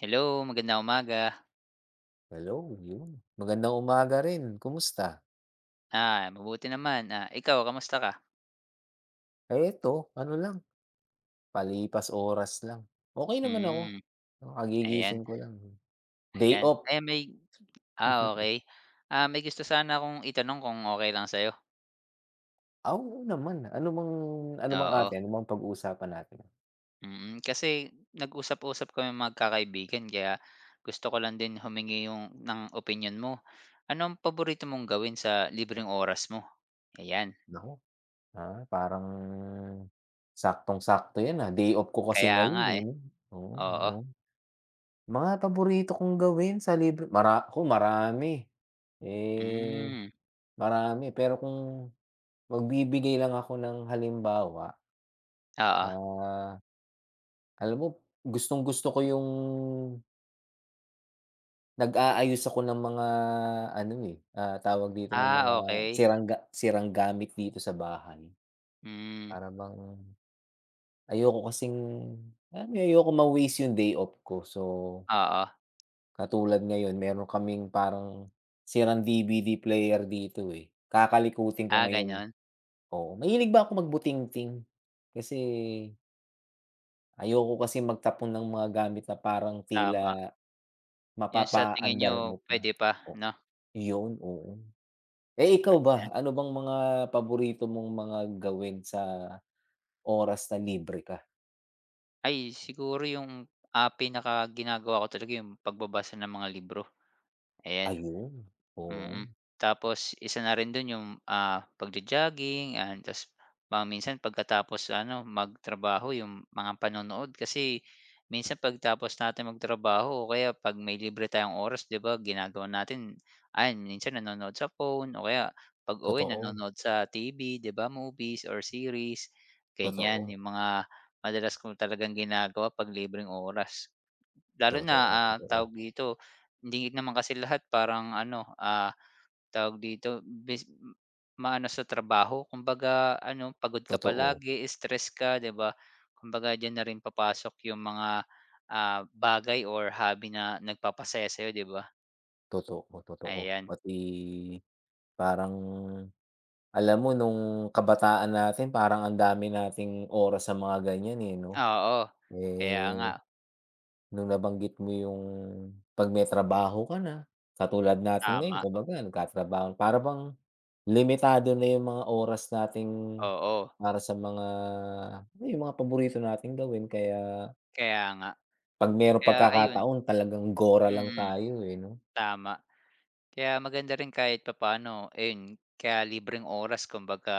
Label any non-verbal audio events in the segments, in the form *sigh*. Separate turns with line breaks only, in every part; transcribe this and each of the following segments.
Hello, magandang umaga.
Hello, yun. Magandang umaga rin, kumusta?
Ah, mabuti naman. Ah, ikaw kamusta ka?
Eh, eto ano lang, palipas oras lang. Okey naman ako,
Hmm, ayan,
kakagigising ko lang, eh. Day
ayan.
off.
Eh, may ah,
*laughs*
okay. Ah, may gusto sana akong itanong kung okay lang sa'yo?
Ah, oo naman,
Oo,
ano bang pag-uusapan natin?
mm. Kasi nag-usap-usap kami magkakaibigan kaya gusto ko lang din humingi ng opinion mo. Ano ang paborito mong gawin sa libreng oras mo? Ayan,
Naku, parang saktong-sakto yan, day off ko kasi
kaya
ngayon,
nga,
eh,
eh.
'no? Oo,
Oo,
oo. Mga paborito kong gawin sa libre mara naku marami. Eh,
hmm,
marami pero kung magbibigay lang ako ng halimbawa.
oo.
Ah, Alam mo gustong-gusto ko yung nag-aayos ako ng mga ano, eh, tawag dito ng mga
Ah, okay.
sirang gamit dito sa bahay.
Hmm,
Para bang ayoko kasing alam mo ayoko ma-waste yung day off ko. So,
oo.
katulad ngayon meron kaming parang sirang DVD player dito, eh. Kakalikutin ko
Ah,
ngayon.
gano'n,
Oo, mahilig ba ako magbuting ting. Kasi ayoko kasi magtapon ng mga gamit na parang tila
tama. Yung sa
mapapa
tingin
Mapapaandar
niyo
mo pa.
pwede pa
O
'no?
yun, oo. Eh, ikaw ba,
Ayan.
ano bang mga paborito mong mga gawin sa oras na libre ka?
Ay siguro yung, ah, pinaka ginagawa ko talaga yung pagbabasa ng mga libro, ayan.
Ayun, oo.
Mm. Tapos isa na rin dun yung, ah, pagjo-jogging, ayan ta's mga minsan pagkatapos ano magtrabaho yung mga panonood, kasi minsan pagtapos natin magtrabaho o kaya 'pag may libre tayong oras 'di ba ginagawa natin, ayan minsan nanonood sa phone o kaya pag-uwi
Totoo,
nanonood sa TV, 'di ba, movies or series, ganyan
totoo,
yung mga madalas ko talagang ginagawa 'pag libreng oras. Lalo na,
totoo,
ah,
totoo,
tawag dito, hindi naman kasi lahat parang ano, ah, tawag dito, maano sa trabaho kumbaga ano, pagod ka
totoo,
palagi, stress ka, 'di ba? Kumbaga diyan na rin papasok yung mga, ah, bagay or hobby na nagpapasaya sa'yo, 'di ba?
totoo, totoo.
Ayan,
Pati parang alam mo nung kabataan natin parang ang dami nating oras sa mga ganyan, eh, 'no?
oo. Kaya nga,
Eh, nung nabanggit mo yung 'pag may trabaho ka na, katulad natin ngayon
tama,
kumbaga nagtatrabaho para bang limitado na yung mga oras nating
oo,
para sa mga ano, yung mga paborito nating gawin kaya
kaya nga.
'pag merong
Kaya ayun,
pagkakataon talagang gora lang
mm,
tayo, eh, 'no?
tama. Kaya maganda rin kahit papaano, ayun, kaya libreng oras kumbaga,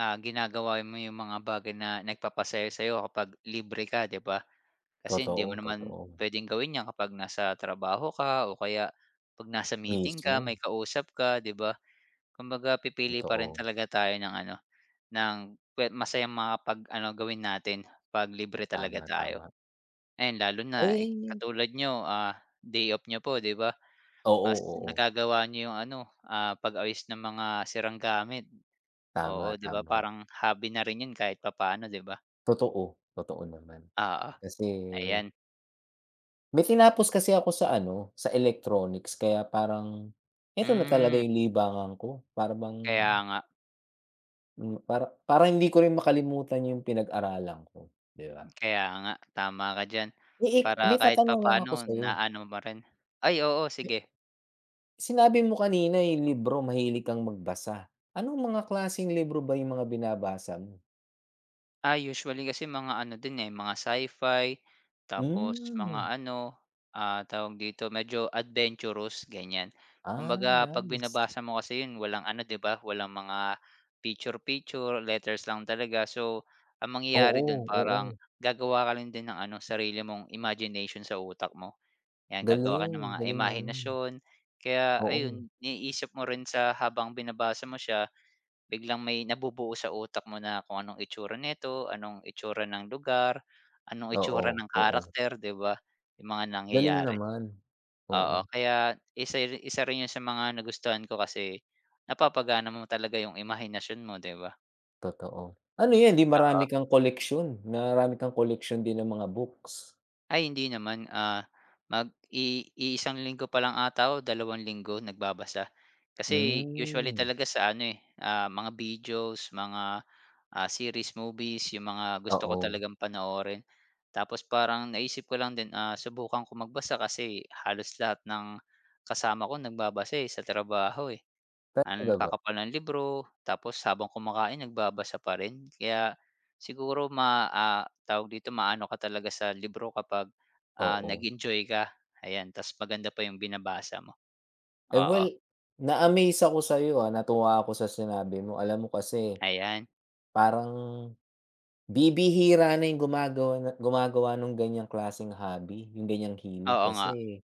ah, ginagawa mo yung mga bagay na nagpapasaya sa'yo kapag libre ka, 'di ba? Kasi hindi
Totoo,
mo naman
totoo.
puwedeng gawin 'yan kapag nasa trabaho ka o kaya 'pag nasa meeting ka,
Mismo,
may kausap ka, 'di ba? Kumbaga pipili pa rin
totoo.
talaga tayo ng ano, ng pwe masayang makapag-ano, gawin natin 'pag libre talaga
Tama,
tayo.
tama.
Ayan, lalo na, eh,
Eh,
katulad nyo ah, day off nyo po, 'di ba?
oo,
Mas
oo.
nagagawa niyo 'yung ano, ah, pag-ayos ng mga sirang gamit. Oo,
Tama,
'di ba,
tama.
parang hobby na rin 'yun kahit papaano, 'di ba?
Totoo, totoo naman.
Oo,
Kasi
ayan.
may tinapos kasi ako sa ano, sa electronics kaya parang eto na talaga
Hmm,
yung libangan ko para bang,
kaya nga.
para para hindi ko rin makalimutan yung pinag-aralan ko, 'di ba?
Kaya nga, tama ka diyan.
Eh,
Para
may
kahit
tatanong lang
papaano
ako sa'yo.
naano mo rin. Ay oo,
Di
sige.
sinabi mo kanina yung libro mahilig kang magbasa. Anong mga klaseng libro ba yung mga binabasa mo?
Ah, usually kasi mga ano din, eh, mga sci-fi, tapos mga
Hmm,
ano, ah, tawag dito, medyo adventurous, ganyan. Kumbaga 'pag
nice.
binabasa mo kasi 'yun walang ano, 'di ba, walang mga picture picture, letters lang talaga. So, ang mangyayari do'n
Oo,
parang
oo.
gagawa ka lang din ng ano, sarili mong imagination sa utak mo. 'Yan gagawa ka
Galing,
ng mga
galing naman.
imahinasyon, kaya ayun
Oo,
naiisip mo rin sa habang binabasa mo siya, biglang may nabubuo sa utak mo na kung anong itsura nito, anong itsura ng lugar, anong
oo,
itsura ng
oo.
karakter, 'di ba, yung mga
Galing
nangyayari.
naman.
Oo,
Oo.
kaya isa rin 'yun sa mga nagustuhan ko kasi, napapagana mo talaga yung imahinasyon mo, 'di ba?
Totoo. Ano 'yan, 'di marami kang koleksyon din ng mga books?
Ay hindi naman, ah, mag i iisang linggo pa lang ata o dalawang linggo nagbabasa. Kasi usually
Hmm,
talaga sa ano, eh, ah, mga videos, mga, ah, series, movies, yung mga gusto ko
oo.
talagang panoorin. Tapos parang naisip ko lang din, ah, subukan ko magbasa kasi halos lahat ng kasama ko nagbabasa, eh, sa trabaho, eh. Ang
Talaga ba?
kakapal ng libro, tapos habang kumakain nagbabasa pa rin. Kaya siguro ah, tawag dito, maano ka talaga sa libro kapag, ah,
Oo.
nag-enjoy ka, ayan. Ta's maganda pa yung binabasa mo,
Eh,
oo,
well, na-amaze ako sa'yo, natuwa ako sa sinabi mo. Alam mo kasi
ayan.
parang bibihira na yung gumagawa ng ganiyang klaseng hobby, yung ganiyang hilig
Oo nga,
kasi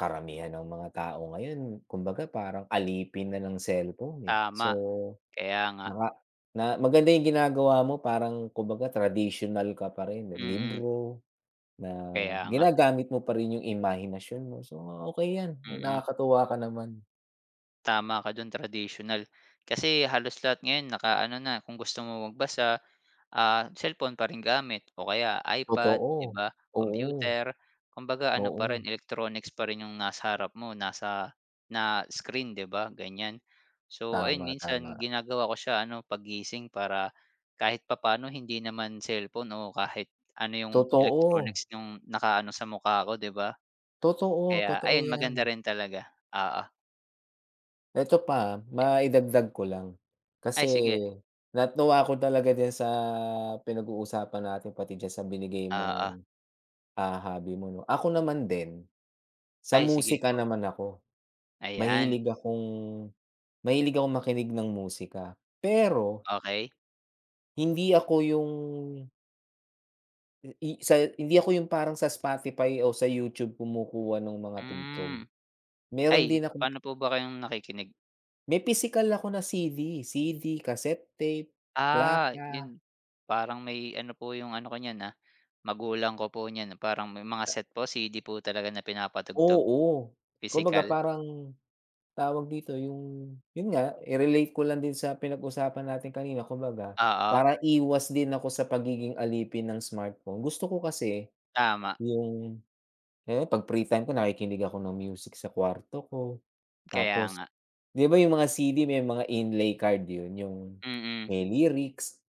karamihan ng mga tao ngayon kumbaga parang alipin na ng cellphone, eh. So,
tama, kaya nga,
Naka na maganda yung ginagawa mo parang kumbaga traditional ka pa rin,
mm, mm,
libro na
kaya nga,
ginagamit mo pa rin yung imahinasyon mo. So, okey 'yan,
mm. Mm,
nakakatuwa ka naman.
tama ka dun, traditional. Kasi halos lahat ngayon nakaano na, kung gusto mo magbasa ah, cellphone pa rin gamit o kaya iPad,
Totoo,
'di ba,
oo,
computer. Kumbaga ano pa rin,
oo,
electronics pa rin yung nasa harap mo, nasa na screen, 'di ba, ganyan. So ayun,
tama, tama.
minsan ginagawa ko siya ano, pagising para kahit papaano hindi naman cellphone o kahit ano yung
Totoo,
electronics yung nakaano sa mukha ko, 'di ba?
totoo,
Kaya
totoo
ayun,
'yan.
maganda rin talaga, oo.
Eto pa, maidagdag ko lang, kasi
Ay sige,
natuwa ako talaga diyan sa pinag-uusapan natin pati diyan sa binigay mong,
oo.
hobby mo 'no. Ako naman din, sa
Ay sige
musika
po,
naman ako.
ayan,
Mahilig akong mahilig akong makinig ng musika, pero
okay,
hindi ako yung hindi ako yung parang sa Spotify o sa YouTube kumukuha ng mga tugtog.
hmm, ay,
Meron din ako,
paano po ba kayong nakikinig?
may pisikal ako na CD, cassette tape,
Ah,
plaka,
'yun parang may ano po 'yung ano ko niyan, ah, magulang ko po niyan parang may mga
eh,
set po CD po talaga na pinapatugtog,
oo. Kumbaga
pisikal.
parang tawag dito yung yun nga, i-relate ko lang din sa pinag-usapan natin kanina kumbaga
Oo,
para iwas din ako sa pagiging alipin ng smartphone. Gusto ko kasi
tama,
yung 'pag free time ko nakikinig ako ng music sa kwarto ko.
kaya
Tapos
nga,
'di ba yung mga CD may mga inlay card yun, yung
mm,
may lyrics.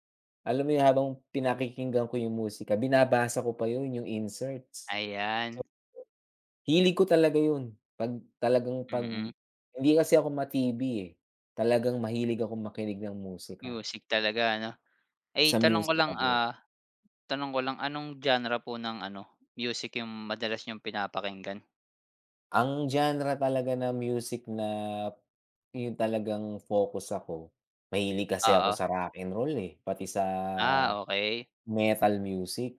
Alam mo yun, habang pinakikinggan ko yung musika binabasa ko pa yun, yung inserts. So,
ayan,
hilig ko talaga yun 'pag
mm,
hindi kasi ako ma-TV, eh. Talagang mahilig ako makinig ng musika,
music talaga ano. Ay
sa music ako.
tanong ko lang anong genre po ng ano, music 'yung madalas niyong pinapakinggan?
Ang genre talaga ng music na yung talagang focus ako, mahilig kasi ako
Oo,
sa rock and roll, eh, pati sa
ah, okey,
metal music,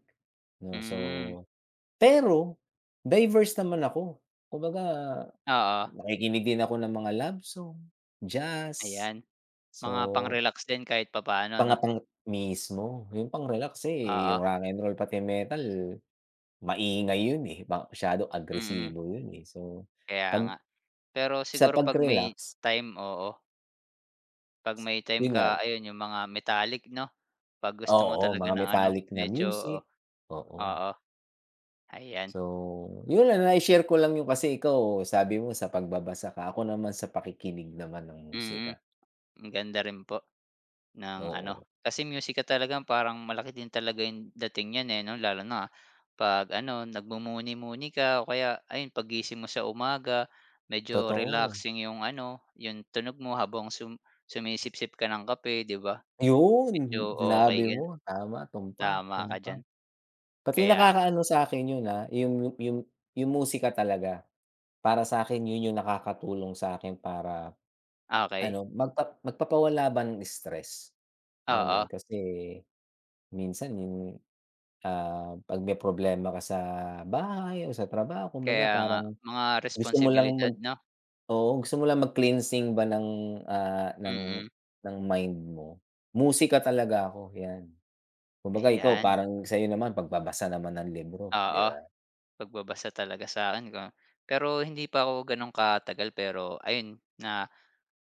'no.
hmm,
So pero diverse naman ako. Kumbaga
oo,
nakikinig din ako ng mga love song, jazz,
ayan,
so
mga pang-relax din kahit papaano 'no?
pangapang mismo, yung pang-relax, eh, yung
Oo,
rock and roll pati metal maingay yun, eh, masyadong
mm,
agresibo yun, eh. So
kaya
'pag
nga. Pero
sa
siguro 'pag may
pag-relax,
time, oo. 'Pag may time
yun nga,
ka ayun yung mga metallic 'no, 'pag gusto mo
oo,
talaga
mga
ng ano
metallic na
medyo o
music, oo.
oo, ayan.
So, yun lang na share ko lang yung kasi ikaw sabi mo sa pagbabasa ka, ako naman sa pakikinig naman ng musika,
Mm, ang ganda rin po ng ano,
oo.
kasi music ka talaga parang malaki din talaga yung dating niyan, eh, 'no, lalo na 'pag ano nagmumuni-muni ka o kaya ayun paggising mo sa umaga, medyo
Totoo,
relaxing yung ano, yung tunog mo habang sumisip sip ka ng kape, 'di ba?
yun,
Medyo okay
sinabi
ka,
mo tama, tumpak,
tama ka
tumpak.
diyan.
Pati
Kaya
nakakaano sa akin yun, yung musika talaga para sa akin yun yung nakakatulong sa akin para
okay.
ano magpapawala ba ng stress, alam mo
Oo,
yun? Kasi minsan 'pag may problema ka sa bahay o sa trabaho kumbaga
kaya nga
parang
mga
gusto mo lang
responsibilidad
mag
'no?
oo, gusto mo lang mag-cleansing ba ng, ah, ng
Mm,
ng mind mo, musika talaga ako, 'yan. Kumbaga ikaw
ayan,
parang sa'yo naman pagbabasa naman ng libro, 'di
oo,
ba?
pagbabasa talaga sa'kin ko pero hindi pa ako gano'n katagal pero ayun na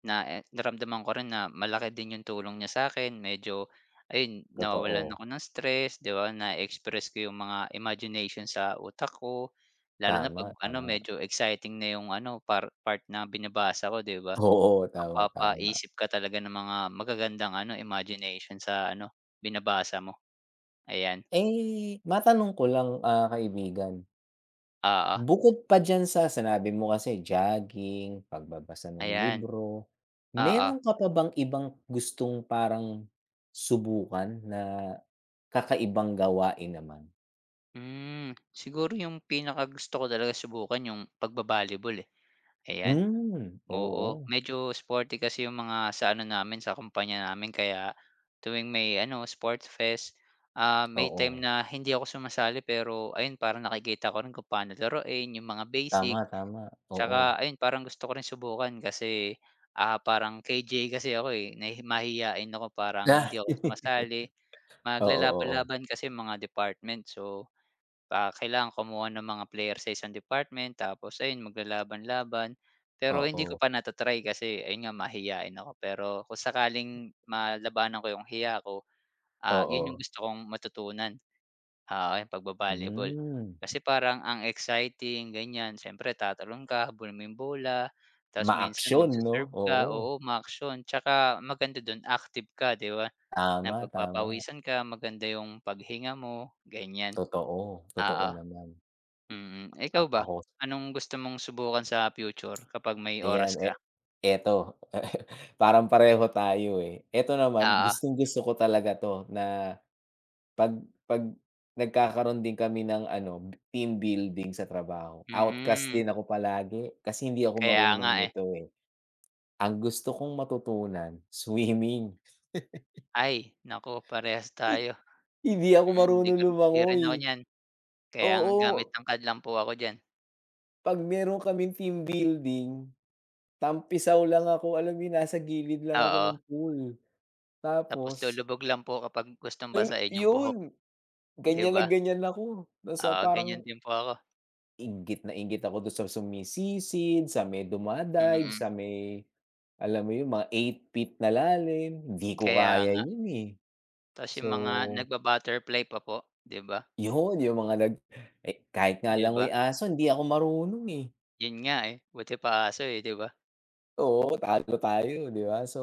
na eh, naramdaman ko rin na malaki din 'yung tulong niya sa akin medyo ayun nawawalan
Totoo.
ako ng stress, 'di ba, na-express ko 'yung mga imagination sa utak ko, lalo na 'pag
Tama,
ano
tama.
medyo exciting na 'yung ano part na binabasa ko, 'di ba?
Oo, tama, tama.
Mapapaisip ka talaga ng mga magagandang ano, imagination sa ano, binabasa mo. Ayan,
Eh, matanong ko lang, kaibigan.
oo,
Bukod pa diyan sa sinabi mo kasi jogging, pagbabasa ng
ayan,
libro,
oo.
meron ka pa bang ibang gustong parang subukan na kakaibang gawain naman?
Hmm, siguro yung pinakagusto ko talaga subukan yung pagba-volleyball, eh, ayan.
Hmm,
Oo,
oo,
medyo sporty kasi yung mga sa ano namin, sa kumpanya namin kaya tuwing may ano, sports fest, ah, may time
oo.
na hindi ako sumasali pero ayun parang nakikita ko rin kung paano laruin, yung mga basic.
Tama, tama, oo.
Tsaka ayun parang gusto ko rin subukan kasi, ah, parang KJ kasi ako, eh, mahiyain ako parang
Ah,
hindi ako
*laughs*
sumasali.
oo, oo,
Maglalaban-laban kasi mga department so, ah, kailangan kumuha ng mga player sa isang department tapos ayun maglalaban-laban. Pero hindi ko
oo,
pa kasi ayun nga mahiyain ako pero kung sakaling malabanan ko yung hiya ko, ah, yun yung
oo.
gusto kong matutunan. Oo, yung pagba.
Hmm,
Kasi parang ang exciting ganyan, siyempre tatalon ka, habulin mo yung bola, tapos minsan
maaksyon
magse
'no?
ka,
Oo,
oo, umaaksyon. Tsaka maganda dun active ka, 'di ba, na
tama, tama.
pagpapawisan ka, maganda yung paghinga mo, ganyan.
Totoo, totoo
Oo,
naman.
mm. Ikaw ba,
Ako.
anong gusto mong subukan sa future kapag may oras
Ayan,
ka?
eto, *laughs* parang pareho tayo, eh. Eto naman,
Oo,
gustong-gusto ko talaga 'to na 'pag 'pag nagkakaroon din kami ng ano, team building sa trabaho. Outcast
hmm,
din ako palagi kasi hindi ako
kaya
marunong
nga, eh.
nito, eh. Ang gusto kong matutunan, *laughs* swimming.
Ay, naku parehas
Hi
tayo.
hindi ako
Mm,
marunong
'di rin
lumangoy.
ako niyan, kaya nga gamit
Oo,
ng card lang po ako diyan.
'pag meron kaming team building, tampisaw lang ako, alam mo yun, nasa gilid lang ako
Oo.
ng pool.
Tapos
Tapos,
lulubog lang po kapag gustong
yun
basahin yung
yun!
buhok, 'di
Ganyan na
ba?
ganyan ako, nasa
Oo,
parang
ganyan din po ako,
inggit na inggit ako dun sa sumisisid, sa may duma
mm.
sa may alam mo yun, mga 8 feet na lalim, hindi ko
Kaya
kaya
nga.
yun, eh.
Tapos
So,
yung mga nagba-butterfly pa po, 'di ba?
yun yung mga kahit nga
'Di ba?
langoy aso hindi ako marunong, eh.
Yun nga, eh, buti pa aso, eh, 'di ba?
Oo, talo tayo, 'di ba? So,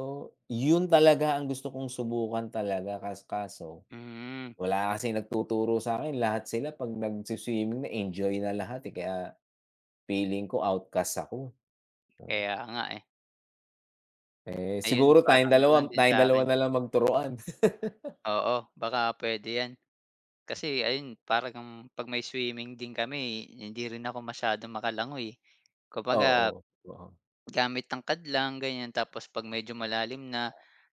yun talaga ang gusto kong subukan talaga kaso
Mm,
wala kasing nagtuturo sa akin lahat sila 'pag na enjoy na lahat, eh, kaya feeling ko outcast ako.
kaya nga, eh.
Eh,
Ayun,
siguro tayong
parang
dalawa
gano'n din
tayong dalawa
sa'kin.
na lang magturuan. *laughs*
Oo, baka puwede 'yan. Kasi ayun, parang 'pag may swimming din kami, hindi rin ako masyadong makalangoy. Kumbaga
Oo, oo.
gamit tangkad lang ganyan tapos 'pag medyo malalim na,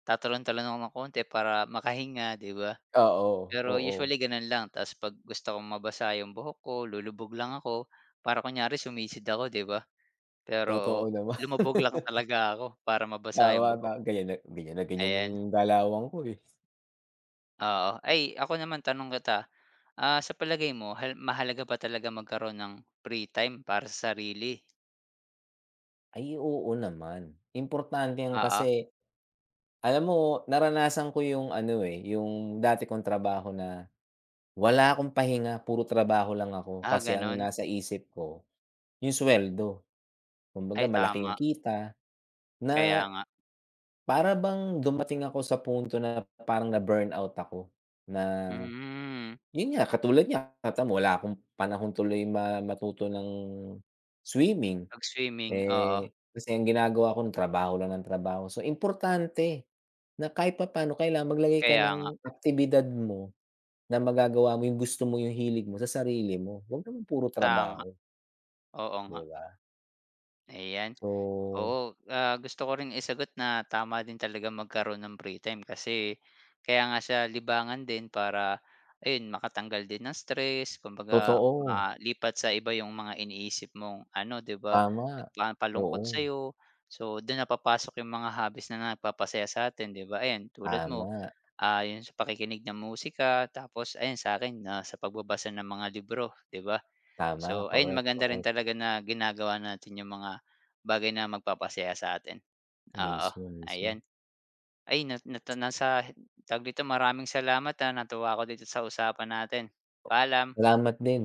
tatalon-talon ako ng konti para makahinga, 'di ba?
Oo,
Pero
oo.
usually gano'n lang tapos 'pag gusto kong mabasa yung buhok ko lulubog lang ako, para kunyari sumisid ako, 'di ba? Pero
Totoo naman.
lumubog lang
*laughs*
talaga ako para mabasa
Tama,
yung buhok,
ganyan na ganyan yung
ayan.
galawan ko, eh.
Oo, ay ako naman tanong kita, ah, sa palagay mo mahalaga ba talaga magkaroon ng free time para sa sarili?
Ay, oo naman. Importante yan
Oo,
kasi alam mo naranasan ko yung ano, eh, yung dati kong trabaho na wala akong pahinga, puro trabaho lang ako
ah,
kasi ang
gano'n?
nasa isip ko yung suweldo. Kumbaga
Ay
malaki
tama,
yung kita
kaya
na
nga.
para bang dumating ako sa punto na parang na-burnout ako na
Hmm,
yun nga, katulad niya kata mo wala akong panahon tuloy matuto ng swimming,
'pag swimming, oo.
eh, kasi ang ginagawa ko trabaho lang ng trabaho. So, importante na kahit papaano kailangan maglagay ka
Kaya nga,
ng aktibidad mo na magagawa mo yung gusto mo, yung hilig mo sa sarili mo. Huwag naman puro
tama.
trabaho,
Oo
'di
nga,
ba?
ayan.
So,
Oo, ah, gusto ko rin isagot na tama din talaga magkaroon ng free time kasi kaya nga siya libangan din para ayun, makatanggal din ng stress, kumbaga
totoo,
malipat sa iba yung mga iniisip mong ano, 'di ba,
tama.
nagpapalungkot
Oo,
sa'yo. So, dun na papasok yung mga hobbies na nagpapasaya sa atin, 'di ba? Ayan, tulad mo,
tama,
ah, yung sa pakikinig ng musika tapos ayun sa akin na sa pagbabasa ng mga libro, 'di ba?
tama,
So, ayun
korek,
maganda rin
korek.
talaga na ginagawa natin yung mga bagay na magpapasaya sa atin. Oo,
Mismo, mismo.
ayan. Ay na nata nasa tawag dito, maraming salamat, ah, natuwa ako dito sa usapan natin. Paalam.
Salamat din.